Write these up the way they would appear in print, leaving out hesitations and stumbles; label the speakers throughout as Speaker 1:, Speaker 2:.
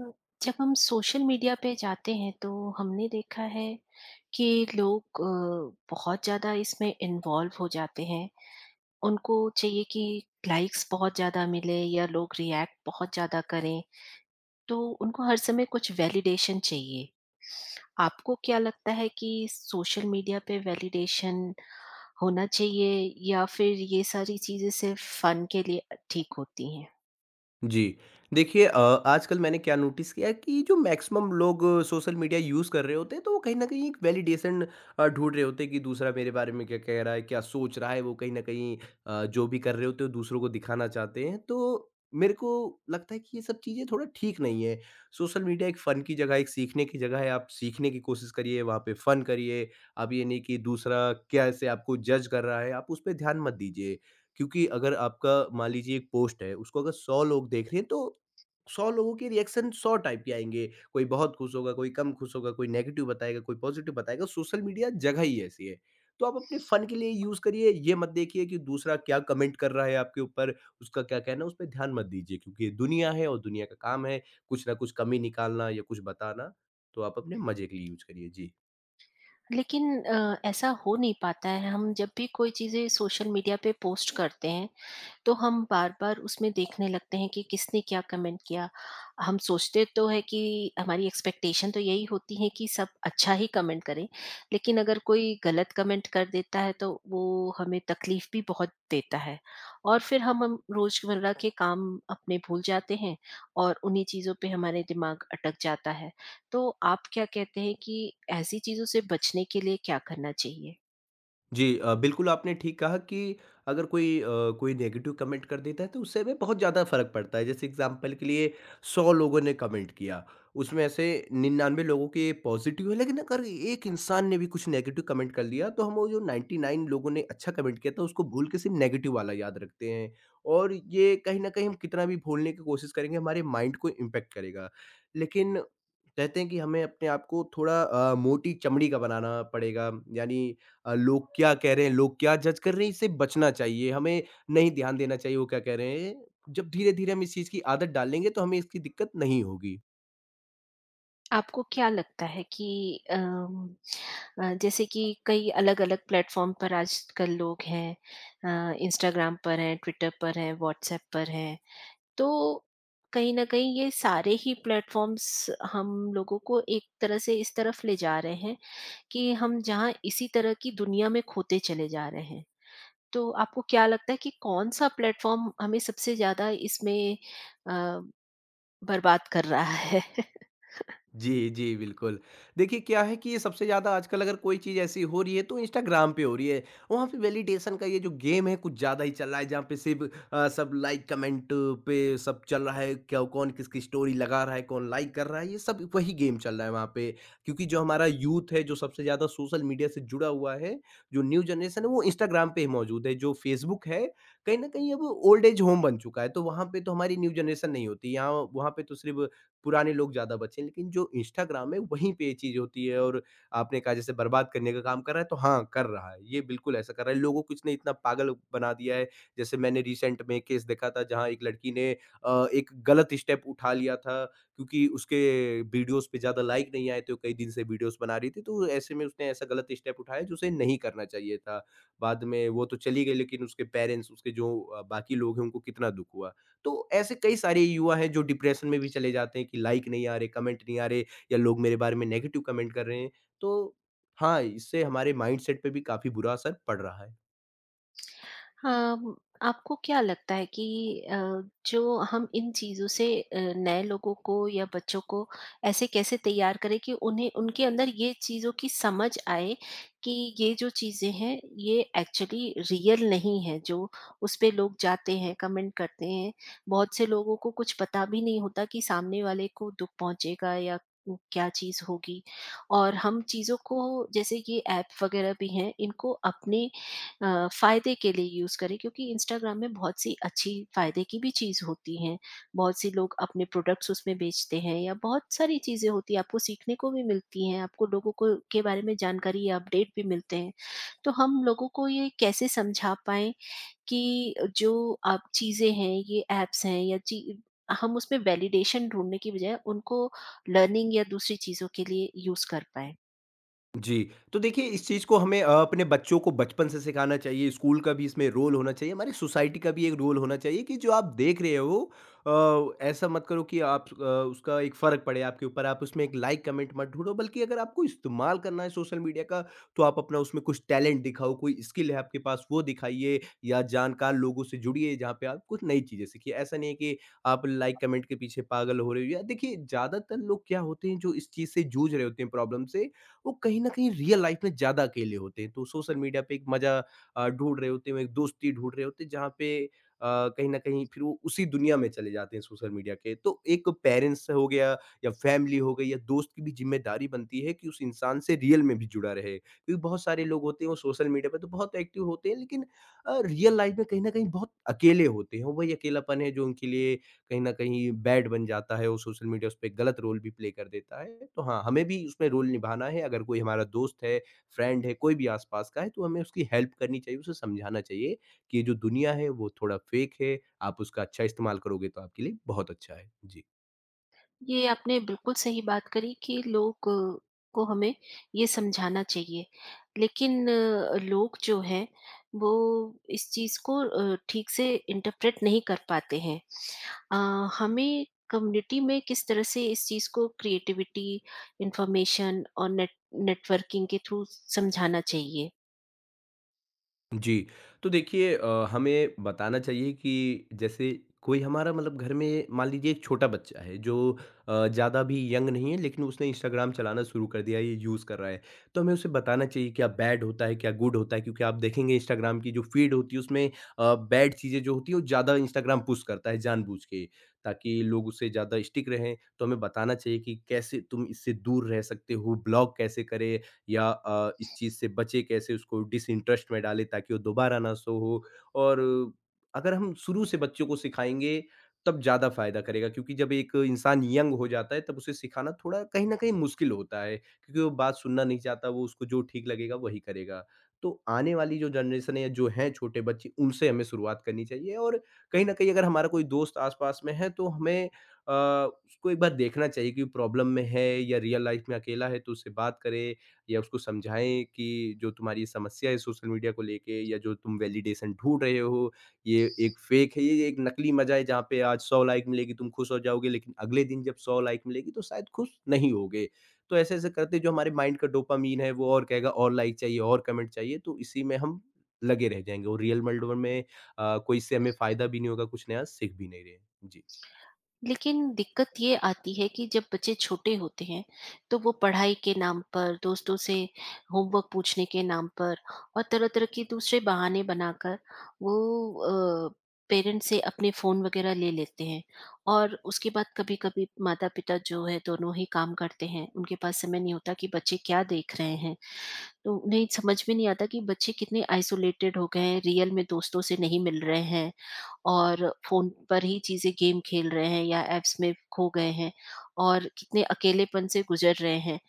Speaker 1: अ, जब हम social media पे जाते हैं तो हमने देखा है कि लोग बहुत ज़्यादा इसमें इन्वॉल्व हो जाते हैं। उनको चाहिए कि लाइक्स बहुत ज़्यादा मिले या लोग रिएक्ट बहुत ज़्यादा करें, तो उनको हर समय कुछ वैलिडेशन चाहिए। आपको क्या लगता है कि सोशल मीडिया पे वैलिडेशन होना चाहिए, या फिर ये सारी चीज़ें सिर्फ़ फ़न के लिए ठीक होती हैं?
Speaker 2: जी। देखिए आजकल मैंने क्या नोटिस किया है कि जो मैक्सिमम लोग सोशल मीडिया यूज़ कर रहे होते हैं, तो वो कहीं न कहीं एक वैलिडेशन ढूँढ रहे होते हैं कि दूसरा मेरे बारे में क्या कह रहा है, क्या सोच रहा है। वो कहीं न कहीं जो भी कर रहे होते हैं, वो दूसरों को दिखाना चाहते हैं। तो मेरे को लगता है कि ये सब चीज़ें थोड़ा ठीक नहीं है। सोशल मीडिया एक फ़न की जगह है, एक सीखने की जगह है। आप सीखने की कोशिश करिए, वहाँ पे फ़न करिए। आप ये नहीं कि दूसरा कैसे आपको जज कर रहा है, आप उस पे ध्यान मत दीजिए। क्योंकि अगर आपका मान लीजिए एक पोस्ट है, उसको अगर 100 लोग देख रहे हैं तो 100 लोगों के रिएक्शन 100 टाइप के आएँगे। कोई बहुत खुश होगा, कोई कम खुश होगा, कोई नेगेटिव बताएगा, कोई पॉजिटिव बताएगा। सोशल मीडिया जगह ही ऐसी है। तो आप अपने फ़न के लिए यूज़ करिए, ये मत देखिए कि दूसरा क्या कमेंट कर रहा है आपके ऊपर, उसका क्या कहना है, उसपे ध्यान मत दीजिए क्योंकि ये दुनिया है और दुनिया का काम है कुछ ना कुछ कमी निकालना या कुछ बताना। तो आप अपने मज़े के लिए यूज़ करिए। जी।
Speaker 1: लेकिन ऐसा हो नहीं पाता है। हम जब भी कोई चीज़ें सोशल मीडिया पे पोस्ट करते हैं, तो हम बार-बार उसमें देखने लगते हैं कि किसने क्या कमेंट किया। हम सोचते तो है कि हमारी एक्सपेक्टेशन तो यही होती है कि सब अच्छा ही कमेंट करें, लेकिन अगर कोई गलत कमेंट कर देता है, तो वो हमें तकलीफ भी बहुत देता है और फिर हम रोज़मर्रा के काम अपने भूल जाते हैं और उन्हीं चीज़ों पे हमारे दिमाग अटक जाता है। तो आप क्या कहते हैं कि ऐसी चीज़ों से बचने के लिए क्या करना चाहिए?
Speaker 2: जी बिल्कुल आपने ठीक कहा कि अगर कोई नेगेटिव कमेंट कर देता है तो उससे हमें बहुत ज़्यादा फ़र्क पड़ता है जैसे एग्जांपल के लिए 100 लोगों ने कमेंट किया उसमें ऐसे 99 लोगों के पॉजिटिव है लेकिन अगर एक इंसान ने भी कुछ नेगेटिव कमेंट कर लिया तो हम वो जो 99 लोगों ने अच्छा कमेंट किया था उसको भूल के सिर्फ नेगेटिव वाला याद रखते हैं और ये कहीं ना कहीं हम कितना भी भूलने की कोशिश करेंगे हमारे माइंड को इम्पेक्ट करेगा लेकिन कहते हैं कि हमें अपने आप को थोड़ा मोटी चमड़ी का बनाना पड़ेगा यानी लोग क्या कह रहे हैं, लोग क्या जज कर रहे हैं, इससे बचना चाहिए। हमें नहीं ध्यान देना चाहिए वो क्या कह रहे हैं। जब धीरे-धीरे हम इस चीज़ की आदत डालेंगे तो हमें इसकी दिक्कत नहीं होगी।
Speaker 1: आपको क्या लगता है कि अम, जैसे कि कई अलग-अलग प्लेटफॉर्म पर आजकल लोग हैं, इंस्टाग्राम पर हैं, ट्विटर पर हैं, व्हाट्सएप पर हैं। तो कहीं न कहीं ये सारे ही प्लेटफॉर्म्स हम लोगों को एक तरह से इस तरफ ले जा रहे हैं, कि हम जहाँ इसी तरह की दुनिया में खोते चले जा रहे हैं। तो आपको क्या लगता है कि कौन-सा प्लेटफॉर्म हमें सबसे ज़्यादा इसमें अ, बर्बाद कर रहा है?
Speaker 2: जी, जी, बिल्कुल। देखिए क्या है कि ये सबसे ज़्यादा आजकल अगर कोई चीज़ ऐसी हो रही है तो इंस्टाग्राम पे हो रही है। वहाँ पे वैलिडेशन का ये जो गेम है कुछ ज़्यादा ही चल रहा है जहाँ पे सिर्फ़ सब लाइक कमेंट पे सब चल रहा है, क्या कौन किसकी स्टोरी लगा रहा है, कौन लाइक कर रहा है, ये सब वही गेम चल रहा है वहाँ पे। क्योंकि जो हमारा यूथ है, जो सबसे ज़्यादा सोशल मीडिया से जुड़ा हुआ है, जो न्यू जनरेशन है वो इंस्टाग्राम पे ही मौजूद है। जो फेसबुक है, कहीं न कहीं अब ओल्ड एज होम बन चुका है, तो वहाँ पे तो हमारी न्यू जनरेशन नहीं होती। यहाँ वहाँ पे तो सिर्फ़ पुराने लोग ज़्यादा बचे हैं, लेकिन जो इंस्टाग्राम है वहीं पे ये चीज़ होती है और आपने कहा जैसे बर्बाद करने का काम कर रहा है तो हाँ, कर रहा है। ये बिल्कुल ऐसा कर रहा है, लोगों को इसने इतना पागल बना दिया है, जैसे मैंने रिसेंट में केस देखा था जहाँ एक लड़की ने एक गलत स्टेप उठा लिया था क्योंकि उसके वीडियोज़ पे ज़्यादा लाइक नहीं आए थे, वो कई दिन से वीडियोज़ बना रही थी, तो ऐसे में उसने ऐसा गलत स्टेप उठाया जो उसे नहीं करना चाहिए था। बाद में वो तो चली गई लेकिन उसके पेरेंट्स, उसके जो बाकी लोग हैं उनको कितना दुःख हुआ। तो ऐसे कई सारे युवा हैं जो डिप्रेशन में भी चले जाते हैं कि लाइक नहीं आ रहे, कमेंट नहीं आ रहे या लोग मेरे बारे में नेगेटिव कमेंट कर रहे हैं। तो हाँ, इससे हमारे माइंडसेट पे भी काफ़ी बुरा असर पड़ रहा है।
Speaker 1: हाँ, आपको क्या लगता है कि अ, जो हम इन चीज़ों से, नए लोगों को या बच्चों को ऐसे कैसे तैयार करें कि उन्हें, उनके अंदर ये चीज़ों की समझ आए, कि ये जो चीज़ें हैं ये एक्चुअली रियल नहीं है। जो उस पे लोग जाते हैं कमेंट करते हैं, बहुत से लोगों को कुछ पता भी नहीं होता कि सामने वाले को दुख पहुंचेगा या क्या चीज़ होगी। और हम चीज़ों को, जैसे ये ऐप वगैरह भी हैं, इनको अपने फ़ायदे के लिए यूज़ करें, क्योंकि इंस्टाग्राम में बहुत सी अच्छी फ़ायदे की भी चीज़ होती हैं। बहुत से लोग अपने प्रोडक्ट्स उसमें बेचते हैं, या बहुत सारी चीज़ें होती हैं, आपको सीखने को भी मिलती हैं, आपको लोगों को के बारे में जानकारी या अपडेट भी मिलते हैं। तो हम लोगों को ये कैसे समझा पाएँ कि जो आप चीज़ें हैं, ये ऐप्स हैं या ची हम उसमें वैलिडेशन ढूँढने की बजाय उनको लर्निंग या दूसरी चीज़ों के लिए यूज़ कर पाएँ?
Speaker 2: जी, तो देखिए इस चीज़ को हमें अपने बच्चों को बचपन से सिखाना चाहिए, स्कूल का भी इसमें रोल होना चाहिए, हमारी सोसाइटी का भी एक रोल होना चाहिए कि जो आप देख रहे हो ऐसा मत करो कि आप उसका एक फ़र्क पड़े आपके ऊपर, आप उसमें एक लाइक कमेंट मत ढूँढो, बल्कि अगर आपको इस्तेमाल करना है सोशल मीडिया का, तो आप अपना उसमें कुछ टैलेंट दिखाओ, कोई स्किल है आपके पास वो दिखाइए या जानकार लोगों से जुड़िए जहाँ पे आप कुछ नई चीज़ें सीखिए। ऐसा नहीं है कि आप लाइक कमेंट के पीछे पागल हो रहे हो या देखिए ज़्यादातर लोग क्या होते हैं जो इस चीज़ से जूझ रहे होते हैं प्रॉब्लम से वो कहीं न कहीं रियल लाइफ में ज़्यादा अकेले होते हैं। तो सोशल मीडिया पे एक मज़ा ढूँढ रहे होते हैं, एक दोस्ती ढूँढ रहे होते हैं, जहाँ पे कहीं न कहीं फिर वो उसी दुनिया में चले जाते हैं सोशल मीडिया के। तो एक पेरेंट्स हो गया या फैमिली हो गई या दोस्त की भी ज़िम्मेदारी बनती है कि उस इंसान से रियल में भी जुड़ा रहे। क्योंकि बहुत सारे लोग होते हैं वो सोशल मीडिया पे तो बहुत एक्टिव होते हैं लेकिन रियल लाइफ में कहीं न कहीं बहुत अकेले होते हैं। वही अकेलापन है जो उनके लिए कहीं न कहीं बैड बन जाता है, वो सोशल मीडिया उस पे गलत रोल भी प्ले कर देता है। तो हाँ, हमें भी उसमें रोल निभाना है, अगर कोई हमारा दोस्त है, फ्रेंड है, कोई भी आस-पास का है, तो हमें उसकी हेल्प करनी चाहिए, उसे समझाना चाहिए कि ये जो दुनिया है, वो थोड़ा फ़ेक है, आप उसका अच्छा इस्तेमाल करोगे तो आपके लिए बहुत अच्छा है। जी।
Speaker 1: ये आपने बिल्कुल सही बात करी कि लोग, को हमें ये समझाना चाहिए। लेकिन लोग जो हैं वो इस चीज़ को ठीक से इंटरप्रेट नहीं कर पाते हैं। अ, हमें कम्युनिटी में किस तरह से इस चीज़ को क्रिएटिविटी, इंफॉर्मेशन और नेटवर्किंग के थ्रू समझाना चाहिए?
Speaker 2: जी, तो देखिए हमें बताना चाहिए कि जैसे कोई हमारा मतलब घर में मान लीजिए एक छोटा बच्चा है जो ज़्यादा भी यंग नहीं है लेकिन उसने इंस्टाग्राम चलाना शुरू कर दिया है, ये यूज़ कर रहा है। तो हमें उसे बताना चाहिए क्या बैड होता है, क्या गुड होता है क्योंकि आप देखेंगे इंस्टाग्राम की जो फ़ीड होती है उसमें बैड चीज़ें जो होती हैं वो ज़्यादा इंस्टाग्राम पुश करता है जानबूझ के, ताकि लोग उससे ज़्यादा स्टिक रहें। तो हमें बताना चाहिए कि कैसे तुम इससे दूर रह सकते हो, ब्लॉक कैसे करें या इस चीज़ से बचे कैसे, उसको डिसइंटरेस्ट में डालें ताकि वो दोबारा ना शो हो। और अगर हम शुरू से बच्चों को सिखाएँगे, तब ज़्यादा फ़ायदा करेगा क्योंकि जब एक इंसान यंग हो जाता है, तब उसे सिखाना थोड़ा कहीं न कहीं मुश्किल होता है क्योंकि वो बात सुनना नहीं चाहता, वो उसको जो ठीक लगेगा वही करेगा। तो आने वाली जो जनरेशन है या जो हैं छोटे बच्चे, उनसे हमें शुरुआत करनी चाहिए और कहीं न कहीं अगर हमारा कोई दोस्त आस-पास में है, तो हमें अ, उसको एक बार देखना चाहिए कि प्रॉब्लम में है या रियल लाइफ़ में अकेला है, तो उससे बात करें या उसको समझाएँ कि जो तुम्हारी ये समस्या है सोशल मीडिया को लेके या जो तुम वैलिडेशन ढूँढ रहे हो, ये एक फेक है, ये एक नकली मज़ा है जहाँ पे आज 100 लाइक मिलेगी तुम खुश हो जाओगे, लेकिन अगले दिन जब 100 लाइक मिलेगी तो शायद खुश नहीं होगे। तो ऐसे-ऐसे करते जो हमारे माइंड का डोपामाइन है वो और कहेगा और लाइक चाहिए, और कमेंट चाहिए तो इसी में हम लगे रह जाएँगे और रियल वर्ल्ड में कोई इससे हमें फ़ायदा भी नहीं होगा, कुछ नया सीख भी नहीं रहे। जी।
Speaker 1: लेकिन दिक्कत ये आती है कि जब बच्चे छोटे होते हैं, तो वो पढ़ाई के नाम पर, दोस्तों से होमवर्क पूछने के नाम पर, और तरह-तरह के दूसरे बहाने बनाकर वो पेरेंट्स से अपने फ़ोन वगैरह ले लेते हैं। और उसके बाद कभी-कभी माता-पिता जो है दोनों ही काम करते हैं, उनके पास समय नहीं होता कि बच्चे क्या देख रहे हैं। तो उन्हें समझ में नहीं आता कि बच्चे कितने आइसोलेटेड हो गए हैं, रियल में दोस्तों से नहीं मिल रहे हैं और फ़ोन पर ही चीज़ें, गेम खेल रहे हैं या ऐप्स में खो गए हैं, और कितने अकेलेपन से गुज़र रहे हैं।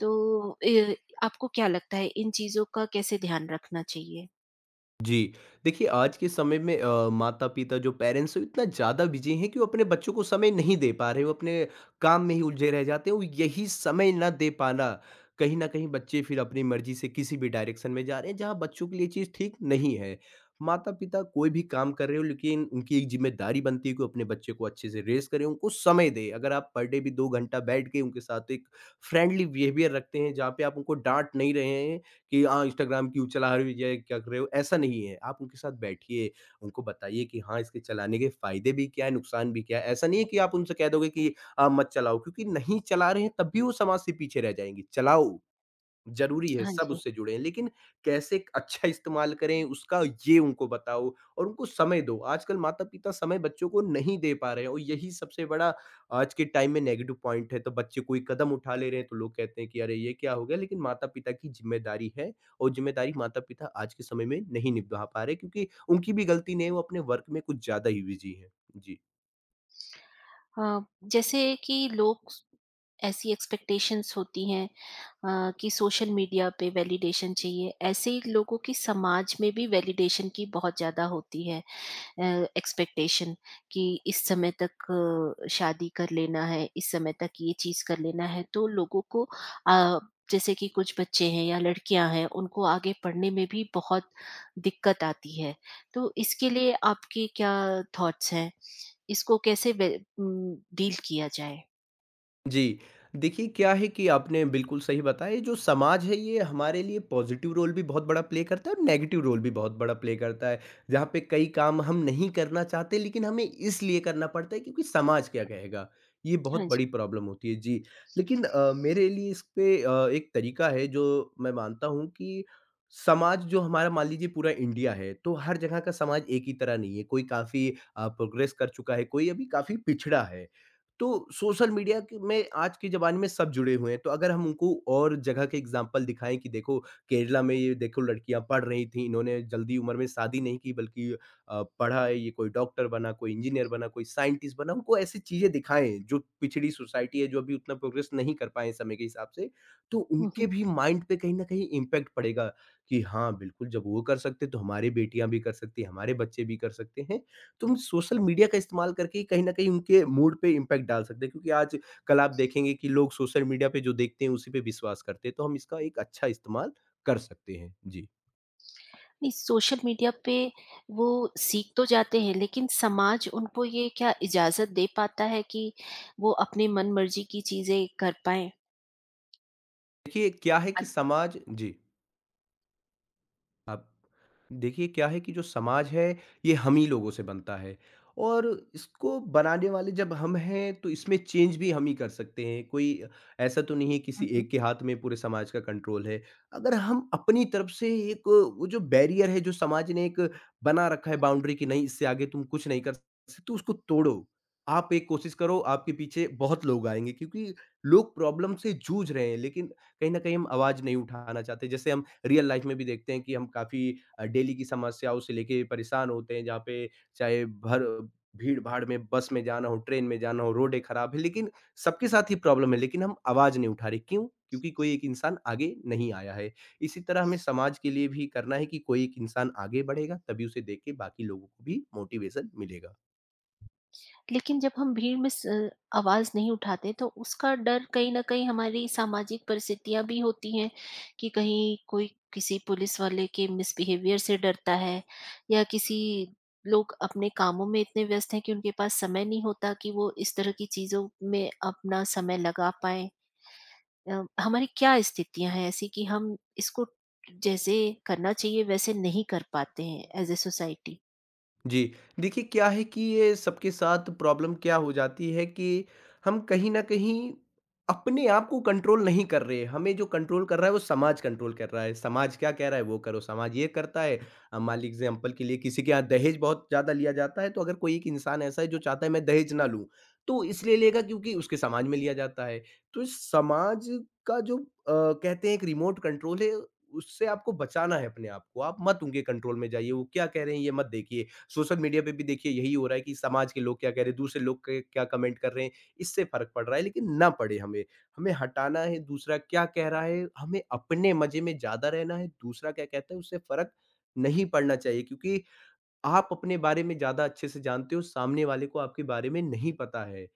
Speaker 1: तो ए आपको क्या लगता है इन चीज़ों का कैसे ध्यान रखना चाहिए?
Speaker 2: जी। देखिए, आज के समय में माता-पिता जो पेरेंट्स हैं, इतना ज़्यादा बिज़ी हैं कि वो अपने बच्चों को समय नहीं दे पा रहे, वो अपने काम में ही उलझे रह जाते हैं और यही समय ना दे पाना, कहीं न कहीं बच्चे फिर अपनी मर्ज़ी से किसी भी डायरेक्शन में जा रहे हैं, जहाँ बच्चों के लिए चीज़ ठीक नहीं है। माता-पिता कोई भी काम कर रहे हो, लेकिन उनकी एक ज़िम्मेदारी बनती है कि वो अपने बच्चे को अच्छे से रेज़ करें, उनको समय दें। अगर आप पर डे भी 2 घंटा बैठ के उनके साथ तो एक फ्रेंडली बिहेवियर रखते हैं, जहाँ पे आप उनको डाँट नहीं रहे हैं, कि हाँ, इंस्टाग्राम क्यों चला रहे हो या क्या कर रहे हो, ऐसा नहीं है। आप उनके साथ बैठिए, उनको बताइए कि हाँ, इसके चलाने के फ़ायदे भी क्या हैं, नुकसान भी क्या है। ऐसा नहीं है कि आप उनसे कह दोगे कि आप मत चलाओ क्योंकि नहीं चला रहे हैं तब भी वो समाज से पीछे रह जाएँगी, चलाओ। ज़रूरी है,
Speaker 1: हाँ
Speaker 2: सब
Speaker 1: जी।
Speaker 2: उससे जुड़े हैं, लेकिन कैसे एक अच्छा इस्तेमाल करें उसका ये उनको बताओ और उनको समय दो। आजकल माता-पिता समय बच्चों को नहीं दे पा रहे हैं और यही सबसे बड़ा आज के टाइम में नेगेटिव पॉइंट है। तो बच्चे कोई कदम उठा ले रहे हैं तो लोग कहते हैं कि अरे ये क्या हो गया? लेकिन माता-पिता की ज़िम्मेदारी है और ज़िम्मेदारी माता-पिता आज के समय में नहीं निभा पा रहे क्योंकि उनकी भी गलती नहीं है, वो अपने वर्क में कुछ ज़्यादा ही बिज़ी हैं। जी।
Speaker 1: अ, जैसे कि लोग, ऐसी एक्सपेक्टेशंस होती हैं कि सोशल मीडिया पे वैलिडेशन चाहिए, ऐसे ही लोगों की समाज में भी वैलिडेशन की बहुत ज़्यादा होती है। एक्सपेक्टेशन कि इस समय तक शादी कर लेना है, इस समय तक ये चीज़ कर लेना है, तो लोगों को, अ, जैसे कि कुछ बच्चे हैं या लड़कियां हैं, उनको आगे पढ़ने में भी बहुत दिक्कत आती है। तो इसके लिए आपके क्या थॉट्स हैं? इसको कैसे डील किया जाए?
Speaker 2: जी। देखिए, क्या है कि आपने बिल्कुल सही बताया, ये जो समाज है, ये हमारे लिए पॉज़िटिव रोल भी बहुत बड़ा प्ले करता है और नेगेटिव रोल भी बहुत बड़ा प्ले करता है। जहाँ पे कई काम हम नहीं करना चाहते, लेकिन हमें इसलिए करना पड़ता है क्योंकि समाज क्या कहेगा। ये बहुत
Speaker 1: हाँ जी।
Speaker 2: बड़ी प्रॉब्लम होती है, जी। लेकिन मेरे लिए इस पे एक तरीका है जो मैं मानता हूँ कि समाज जो हमारा मान लीजिए पूरा इंडिया है, तो हर जगह का समाज एक ही तरह नहीं है। कोई काफ़ी प्रोग्रेस कर चुका है, कोई अभी काफ़ी पिछड़ा है। तो सोशल मीडिया के में आज के ज़माने में सब जुड़े हुए हैं, तो अगर हम उनको और जगह के एग्ज़ाम्पल दिखाएँ कि देखो केरला में ये देखो लड़कियाँ पढ़ रही थीं, इन्होंने जल्दी उम्र में शादी नहीं की बल्कि पढ़ा है, ये कोई डॉक्टर बना, कोई इंजीनियर बना, कोई साइंटिस्ट बना, उनको ऐसी चीज़ें दिखाएँ जो पिछड़ी सोसाइटी है, जो अभी उतना प्रोग्रेस नहीं कर पाए हैं समय के हिसाब से, तो
Speaker 1: हुँ, हुँ।
Speaker 2: उनके भी माइंड पे कहीं न कहीं इम्पैक्ट पड़ेगा कि हाँ, बिल्कुल जब वो कर सकते हैं, तो हमारी बेटियाँ भी कर सकती हैं, हमारे बच्चे भी कर सकते हैं। तुम सोशल मीडिया का इस्तेमाल करके कहीं न कहीं उनके मूड पे इम्पैक्ट डाल सकते हैं क्योंकि आज कल आप देखेंगे कि लोग सोशल मीडिया पे जो देखते हैं उसी पे विश्वास करते हैं, तो हम इसका एक अच्छा इस्तेमाल कर सकते हैं। जी।
Speaker 1: नहीं, सोशल मीडिया पे वो सीख तो जाते हैं, लेकिन समाज उनको ये क्या इजाज़त दे पाता है कि वो अपने मन-मर्ज़ी की चीज़ें कर पाएँ?
Speaker 2: देखिए क्या है कि
Speaker 1: अच्छा,
Speaker 2: समाज जी। आप देखिए क्या है कि जो समाज है ये हम ही लोगों से बनता है और इसको बनाने वाले जब हम हैं तो इसमें चेंज भी हम ही कर सकते हैं। कोई ऐसा तो नहीं है किसी
Speaker 1: हुँ, हुँ।
Speaker 2: एक के हाथ में पूरे समाज का कंट्रोल है। अगर हम अपनी तरफ से एक वो जो बैरियर है जो समाज ने एक बना रखा है बाउंड्री कि नहीं इससे आगे तुम कुछ नहीं कर सकते, तो उसको तोड़ो। आप एक कोशिश करो, आपके पीछे बहुत लोग आएंगे क्योंकि लोग प्रॉब्लम से जूझ रहे हैं, लेकिन कहीं ना कहीं हम आवाज नहीं उठाना चाहते। जैसे हम रियल लाइफ में भी देखते हैं कि हम काफ़ी डेली की समस्याओं से लेके परेशान होते हैं, जहाँ पे चाहे भर भीड़-भाड़ में बस में जाना हो, ट्रेन में जाना हो, रोडें खराब हैं, लेकिन सबके साथ ही प्रॉब्लम है लेकिन हम आवाज़ नहीं उठा रहे। क्यों? क्योंकि कोई एक इंसान आगे नहीं आया है। इसी तरह हमें समाज के लिए भी करना है कि कोई एक इंसान आगे बढ़ेगा तभी उसे देख के बाकी लोगों को भी मोटिवेशन मिलेगा।
Speaker 1: लेकिन जब हम भीड़ में स आवाज़ नहीं उठाते, तो उसका डर, कहीं न कहीं हमारी सामाजिक परिस्थितियाँ भी होती हैं कि कहीं कोई किसी पुलिस वाले के मिसबिहेवियर से डरता है, या किसी, लोग अपने कामों में इतने व्यस्त हैं कि उनके पास समय नहीं होता कि वो इस तरह की चीज़ों में अपना समय लगा पाएँ। हमारी क्या स्थितियाँ हैं ऐसी कि हम इसको जैसे करना चाहिए वैसे नहीं कर पाते हैं, एज ए सोसाइटी?
Speaker 2: जी, देखिए क्या है कि ये सबके साथ प्रॉब्लम क्या हो जाती है कि हम कहीं न कहीं अपने आप को कंट्रोल नहीं कर रहे हैं। हमें जो कंट्रोल कर रहा है वो समाज कंट्रोल कर रहा है। समाज क्या कह रहा है वो करो, समाज ये करता है। मान लीजिए एग्ज़ाम्पल के लिए किसी के यहाँ दहेज बहुत ज़्यादा लिया जाता है, तो अगर कोई एक इंसान ऐसा है जो चाहता है मैं दहेज ना लूँ, तो इसलिए लेगा क्योंकि उसके समाज में लिया जाता है। तो इस समाज का जो अ, कहते हैं एक रिमोट कंट्रोल है उससे आपको बचाना है अपने आप को। आप मत उनके कंट्रोल में जाइए, वो क्या कह रहे हैं ये मत देखिए। सोशल मीडिया पे भी देखिए यही हो रहा है कि समाज के लोग क्या कह रहे हैं, दूसरे लोग के क्या कमेंट कर रहे हैं, इससे फ़र्क पड़ रहा है, लेकिन ना पड़े हमें। हमें हटाना है दूसरा क्या कह रहा है, हमें अपने मज़े में ज़्यादा रहना है, दूसरा क्या कहता है उससे फ़र्क नहीं पड़ना चाहिए क्योंकि आप अपने बारे में ज़्यादा अच्छे से जानते हो, सामने वाले को आपके बारे में नहीं पता है।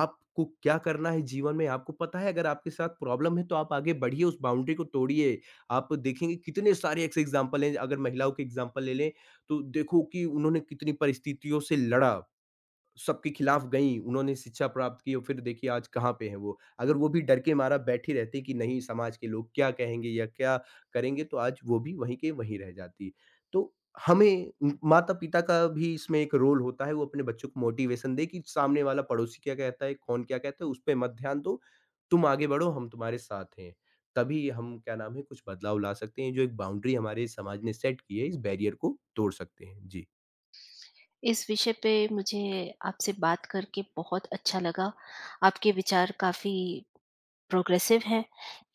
Speaker 2: आपको क्या करना है जीवन में आपको पता है, अगर आपके साथ प्रॉब्लम है तो आप आगे बढ़िए, उस बाउंड्री को तोड़िए। आप देखेंगे कितने सारे ऐसे एग्ज़ाम्पल हैं, अगर महिलाओं के एग्ज़ाम्पल ले लें, तो देखो कि उन्होंने कितनी परिस्थितियों से लड़ा। सबके खिलाफ गईं, उन्होंने शिक्षा प्राप्त की और फिर देखिए आज कहाँ पे हैं वो। अगर वो भी डर के मारा बैठी रहती कि नहीं समाज के लोग क्या कहेंगे या क्या करेंगे तो आज वो भी वहीं के वहीं रह जाती। तो हमें माता-पिता का भी इसमें एक रोल होता है, वो अपने बच्चों को मोटिवेशन दें कि सामने वाला पड़ोसी क्या कहता है, कौन क्या कहता है, उस पे मत ध्यान दो। तुम आगे बढ़ो, हम तुम्हारे साथ हैं। तभी हम क्या नाम है कुछ बदलाव ला सकते हैं, जो एक बाउंड्री हमारे समाज ने सेट की है, इस बैरियर को तोड़ सकते हैं। जी।
Speaker 1: इस विषय पे मुझे आपसे बात करके बहुत अच्छा लगा। आपके विचार काफी प्रोग्रेसिव है,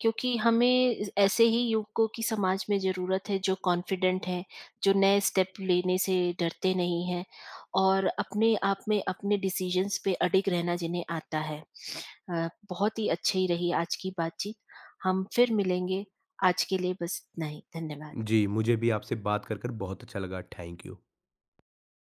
Speaker 1: क्योंकि हमें ज ऐसे ही युवकों की समाज में ज़रूरत है, जो कॉन्फिडेंट हैं, जो नए स्टेप लेने से डरते नहीं हैं, और अपने आप में अपने डिसीज़न्स पे अडिग रहना जिन्हें आता है। बहुत ही अच्छी रही आज की बातचीत। हम फिर मिलेंगे, आज के लिए बस इतना ही। धन्यवाद।
Speaker 2: जी, मुझे भी आपसे बात कर बहुत अच्छा लगा। Thank you.